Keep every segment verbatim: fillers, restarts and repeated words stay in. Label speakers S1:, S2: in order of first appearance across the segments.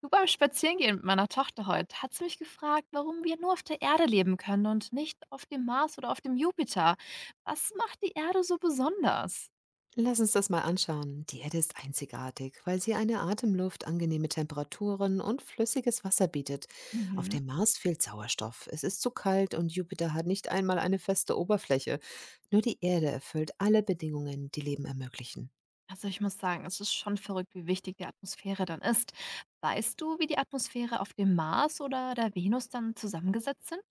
S1: Du, beim Spazierengehen mit meiner Tochter heute, hat sie mich gefragt, warum wir nur auf der Erde leben können und nicht auf dem Mars oder auf dem Jupiter. Was macht die Erde so besonders?
S2: Lass uns das mal anschauen. Die Erde ist einzigartig, weil sie eine Atemluft, angenehme Temperaturen und flüssiges Wasser bietet. Auf
S1: Mhm.
S2: dem Mars fehlt Sauerstoff, es ist zu kalt und Jupiter hat nicht einmal eine feste Oberfläche. Nur die Erde erfüllt alle Bedingungen, die Leben ermöglichen.
S1: Also ich muss sagen, es ist schon verrückt, wie wichtig die Atmosphäre dann ist. Weißt du, wie die Atmosphäre auf dem Mars oder der Venus dann zusammengesetzt sind?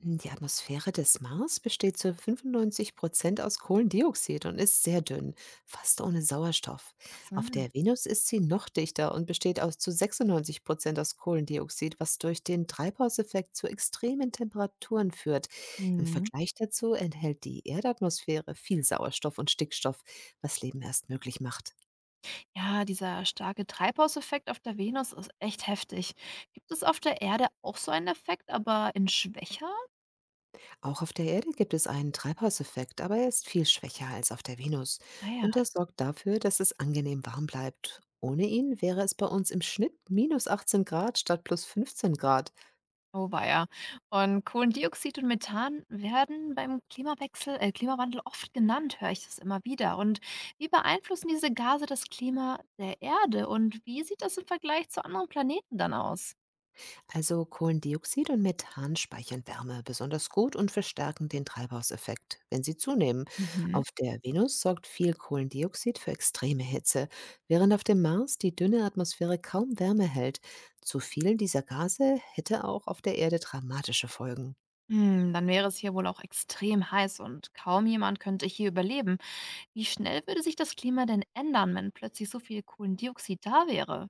S2: Hm, Die Atmosphäre des Mars besteht zu fünfundneunzig Prozent aus Kohlendioxid und ist sehr dünn, fast ohne Sauerstoff.
S1: Ach so.
S2: Auf der Venus ist sie noch dichter und besteht aus zu sechsundneunzig Prozent aus Kohlendioxid, was durch den Treibhauseffekt zu extremen Temperaturen führt. Im
S1: Mhm.
S2: Vergleich dazu enthält die Erdatmosphäre viel Sauerstoff und Stickstoff, was Leben erst möglich macht.
S1: Ja, dieser starke Treibhauseffekt auf der Venus ist echt heftig. Gibt es auf der Erde auch so einen Effekt, aber in schwächer?
S2: Auch auf der Erde gibt es einen Treibhauseffekt, aber er ist viel schwächer als auf der Venus.
S1: Naja.
S2: Und das sorgt dafür, dass es angenehm warm bleibt. Ohne ihn wäre es bei uns im Schnitt minus achtzehn Grad statt plus fünfzehn Grad.
S1: Oh weia. Und Kohlendioxid und Methan werden beim Klimawechsel, äh, Klimawandel oft genannt, höre ich das immer wieder. Und wie beeinflussen diese Gase das Klima der Erde? Und wie sieht das im Vergleich zu anderen Planeten dann aus?
S2: Also Kohlendioxid und Methan speichern Wärme besonders gut und verstärken den Treibhauseffekt, wenn sie zunehmen.
S1: Mhm.
S2: Auf der Venus sorgt viel Kohlendioxid für extreme Hitze, während auf dem Mars die dünne Atmosphäre kaum Wärme hält. Zu viel dieser Gase hätte auch auf der Erde dramatische Folgen.
S1: Hm, dann wäre es hier wohl auch extrem heiß und kaum jemand könnte hier überleben. Wie schnell würde sich das Klima denn ändern, wenn plötzlich so viel Kohlendioxid da wäre?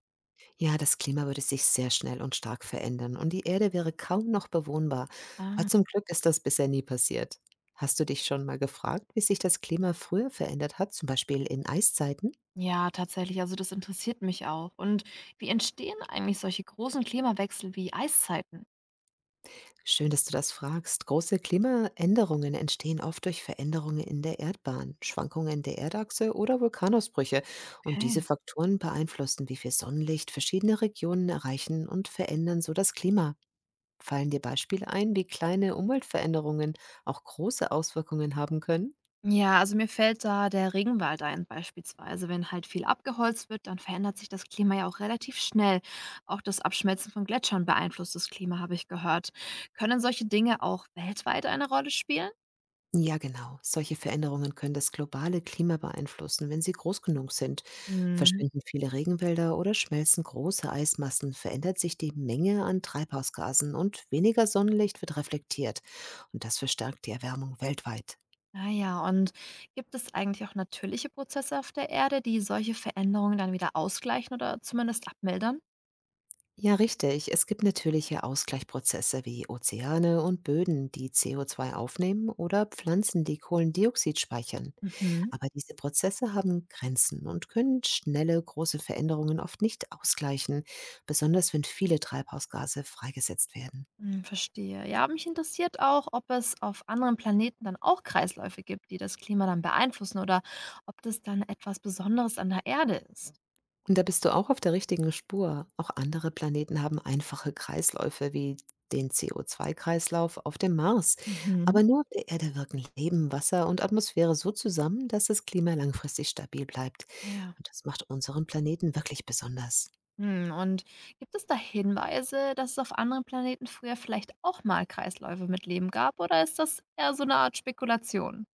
S2: Ja, das Klima würde sich sehr schnell und stark verändern und die Erde wäre kaum noch bewohnbar. Aber
S1: Ah.
S2: zum Glück ist das bisher nie passiert. Hast du dich schon mal gefragt, wie sich das Klima früher verändert hat, zum Beispiel in Eiszeiten?
S1: Ja, tatsächlich. Also das interessiert mich auch. Und wie entstehen eigentlich solche großen Klimawechsel wie Eiszeiten?
S2: Schön, dass du das fragst. Große Klimaänderungen entstehen oft durch Veränderungen in der Erdbahn, Schwankungen der Erdachse oder Vulkanausbrüche. Und diese
S1: Okay.
S2: Faktoren beeinflussen, wie viel Sonnenlicht verschiedene Regionen erreichen und verändern so das Klima. Fallen dir Beispiele ein, wie kleine Umweltveränderungen auch große Auswirkungen haben können?
S1: Ja, also mir fällt da der Regenwald ein, beispielsweise. Wenn halt viel abgeholzt wird, dann verändert sich das Klima ja auch relativ schnell. Auch das Abschmelzen von Gletschern beeinflusst das Klima, habe ich gehört. Können solche Dinge auch weltweit eine Rolle spielen?
S2: Ja, genau. Solche Veränderungen können das globale Klima beeinflussen, wenn sie groß genug sind.
S1: Mhm.
S2: Verschwinden viele Regenwälder oder schmelzen große Eismassen, verändert sich die Menge an Treibhausgasen und weniger Sonnenlicht wird reflektiert. Und das verstärkt die Erwärmung weltweit.
S1: Naja, und gibt es eigentlich auch natürliche Prozesse auf der Erde, die solche Veränderungen dann wieder ausgleichen oder zumindest abmildern?
S2: Ja, richtig. Es gibt natürliche Ausgleichprozesse wie Ozeane und Böden, die C O zwei aufnehmen oder Pflanzen, die Kohlendioxid speichern.
S1: Mhm.
S2: Aber diese Prozesse haben Grenzen und können schnelle, große Veränderungen oft nicht ausgleichen, besonders wenn viele Treibhausgase freigesetzt werden.
S1: Hm, verstehe. Ja, mich interessiert auch, ob es auf anderen Planeten dann auch Kreisläufe gibt, die das Klima dann beeinflussen oder ob das dann etwas Besonderes an der Erde ist.
S2: Und da bist du auch auf der richtigen Spur. Auch andere Planeten haben einfache Kreisläufe wie den C O zwei-Kreislauf auf dem Mars.
S1: Mhm.
S2: Aber nur auf der Erde wirken Leben, Wasser und Atmosphäre so zusammen, dass das Klima langfristig stabil bleibt.
S1: Ja.
S2: Und das macht unseren Planeten wirklich besonders.
S1: Hm, und gibt es da Hinweise, dass es auf anderen Planeten früher vielleicht auch mal Kreisläufe mit Leben gab, oder ist das eher so eine Art Spekulation?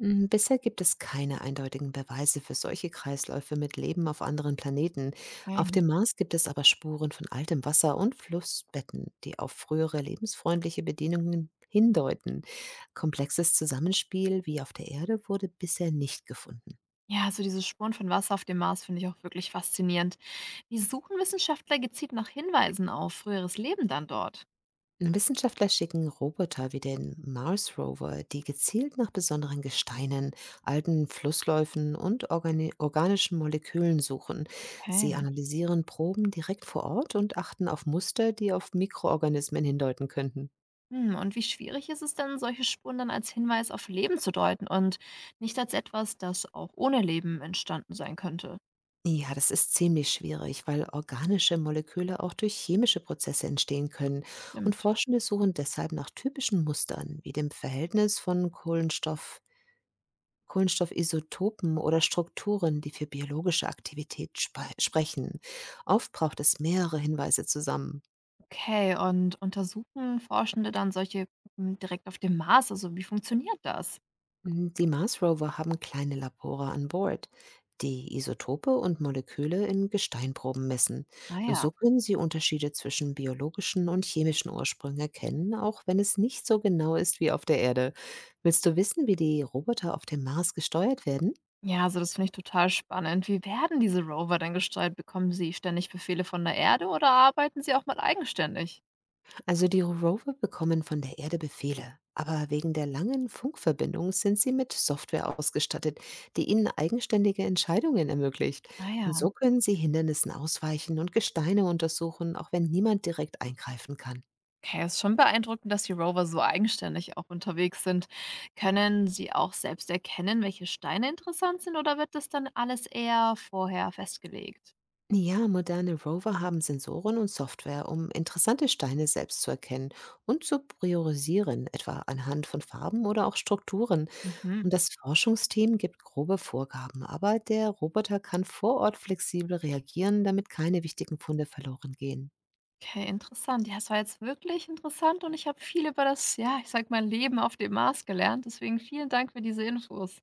S2: Mm, Bisher gibt es keine eindeutigen Beweise für solche Kreisläufe mit Leben auf anderen Planeten. Auf
S1: Okay.
S2: dem Mars gibt es aber Spuren von altem Wasser und Flussbetten, die auf frühere lebensfreundliche Bedingungen hindeuten. Komplexes Zusammenspiel wie auf der Erde wurde bisher nicht gefunden.
S1: Ja, also diese Spuren von Wasser auf dem Mars finde ich auch wirklich faszinierend. Wie suchen Wissenschaftler gezielt nach Hinweisen auf früheres Leben dann dort?
S2: Wissenschaftler schicken Roboter wie den Mars Rover, die gezielt nach besonderen Gesteinen, alten Flussläufen und organi organischen Molekülen suchen. Sie analysieren Proben direkt vor Ort und achten auf Muster, die auf Mikroorganismen hindeuten könnten.
S1: Hm, und wie schwierig ist es denn, solche Spuren dann als Hinweis auf Leben zu deuten und nicht als etwas, das auch ohne Leben entstanden sein könnte?
S2: Ja, das ist ziemlich schwierig, weil organische Moleküle auch durch chemische Prozesse entstehen können. Und
S1: Stimmt.
S2: Forschende suchen deshalb nach typischen Mustern, wie dem Verhältnis von Kohlenstoff Kohlenstoffisotopen oder Strukturen, die für biologische Aktivität spe sprechen. Oft braucht es mehrere Hinweise zusammen.
S1: Okay, und untersuchen Forschende dann solche Gruppen direkt auf dem Mars? Also wie funktioniert das?
S2: Mm, Die Mars-Rover haben kleine Labore an Bord, die Isotope und Moleküle in Gesteinproben messen.
S1: Naja.
S2: So können sie Unterschiede zwischen biologischen und chemischen Ursprüngen erkennen, auch wenn es nicht so genau ist wie auf der Erde. Willst du wissen, wie die Roboter auf dem Mars gesteuert werden?
S1: Ja, Ja, also das finde ich total spannend. Wie werden diese Rover denn gesteuert? Bekommen sie ständig Befehle von der Erde oder arbeiten sie auch mal eigenständig?
S2: Also die Rover bekommen von der Erde Befehle, aber wegen der langen Funkverbindung sind sie mit Software ausgestattet, die ihnen eigenständige Entscheidungen ermöglicht. Und
S1: Naja.
S2: so können sie Hindernissen ausweichen und Gesteine untersuchen, auch wenn niemand direkt eingreifen kann.
S1: Okay, es ist schon beeindruckend, dass die Rover so eigenständig auch unterwegs sind. Können sie auch selbst erkennen, welche Steine interessant sind, oder wird das dann alles eher vorher festgelegt?
S2: Ja, moderne Rover haben Sensoren und Software, um interessante Steine selbst zu erkennen und zu priorisieren, etwa anhand von Farben oder auch Strukturen.
S1: Mhm.
S2: Und das Forschungsteam gibt grobe Vorgaben, aber der Roboter kann vor Ort flexibel reagieren, damit keine wichtigen Funde verloren gehen.
S1: Okay, interessant. Ja, es war jetzt wirklich interessant und ich habe viel über das, ja, ich sag mal, Leben auf dem Mars gelernt. Deswegen vielen Dank für diese Infos.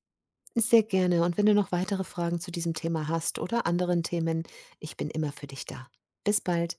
S2: Sehr gerne. Und wenn du noch weitere Fragen zu diesem Thema hast oder anderen Themen, ich bin immer für dich da. Bis bald.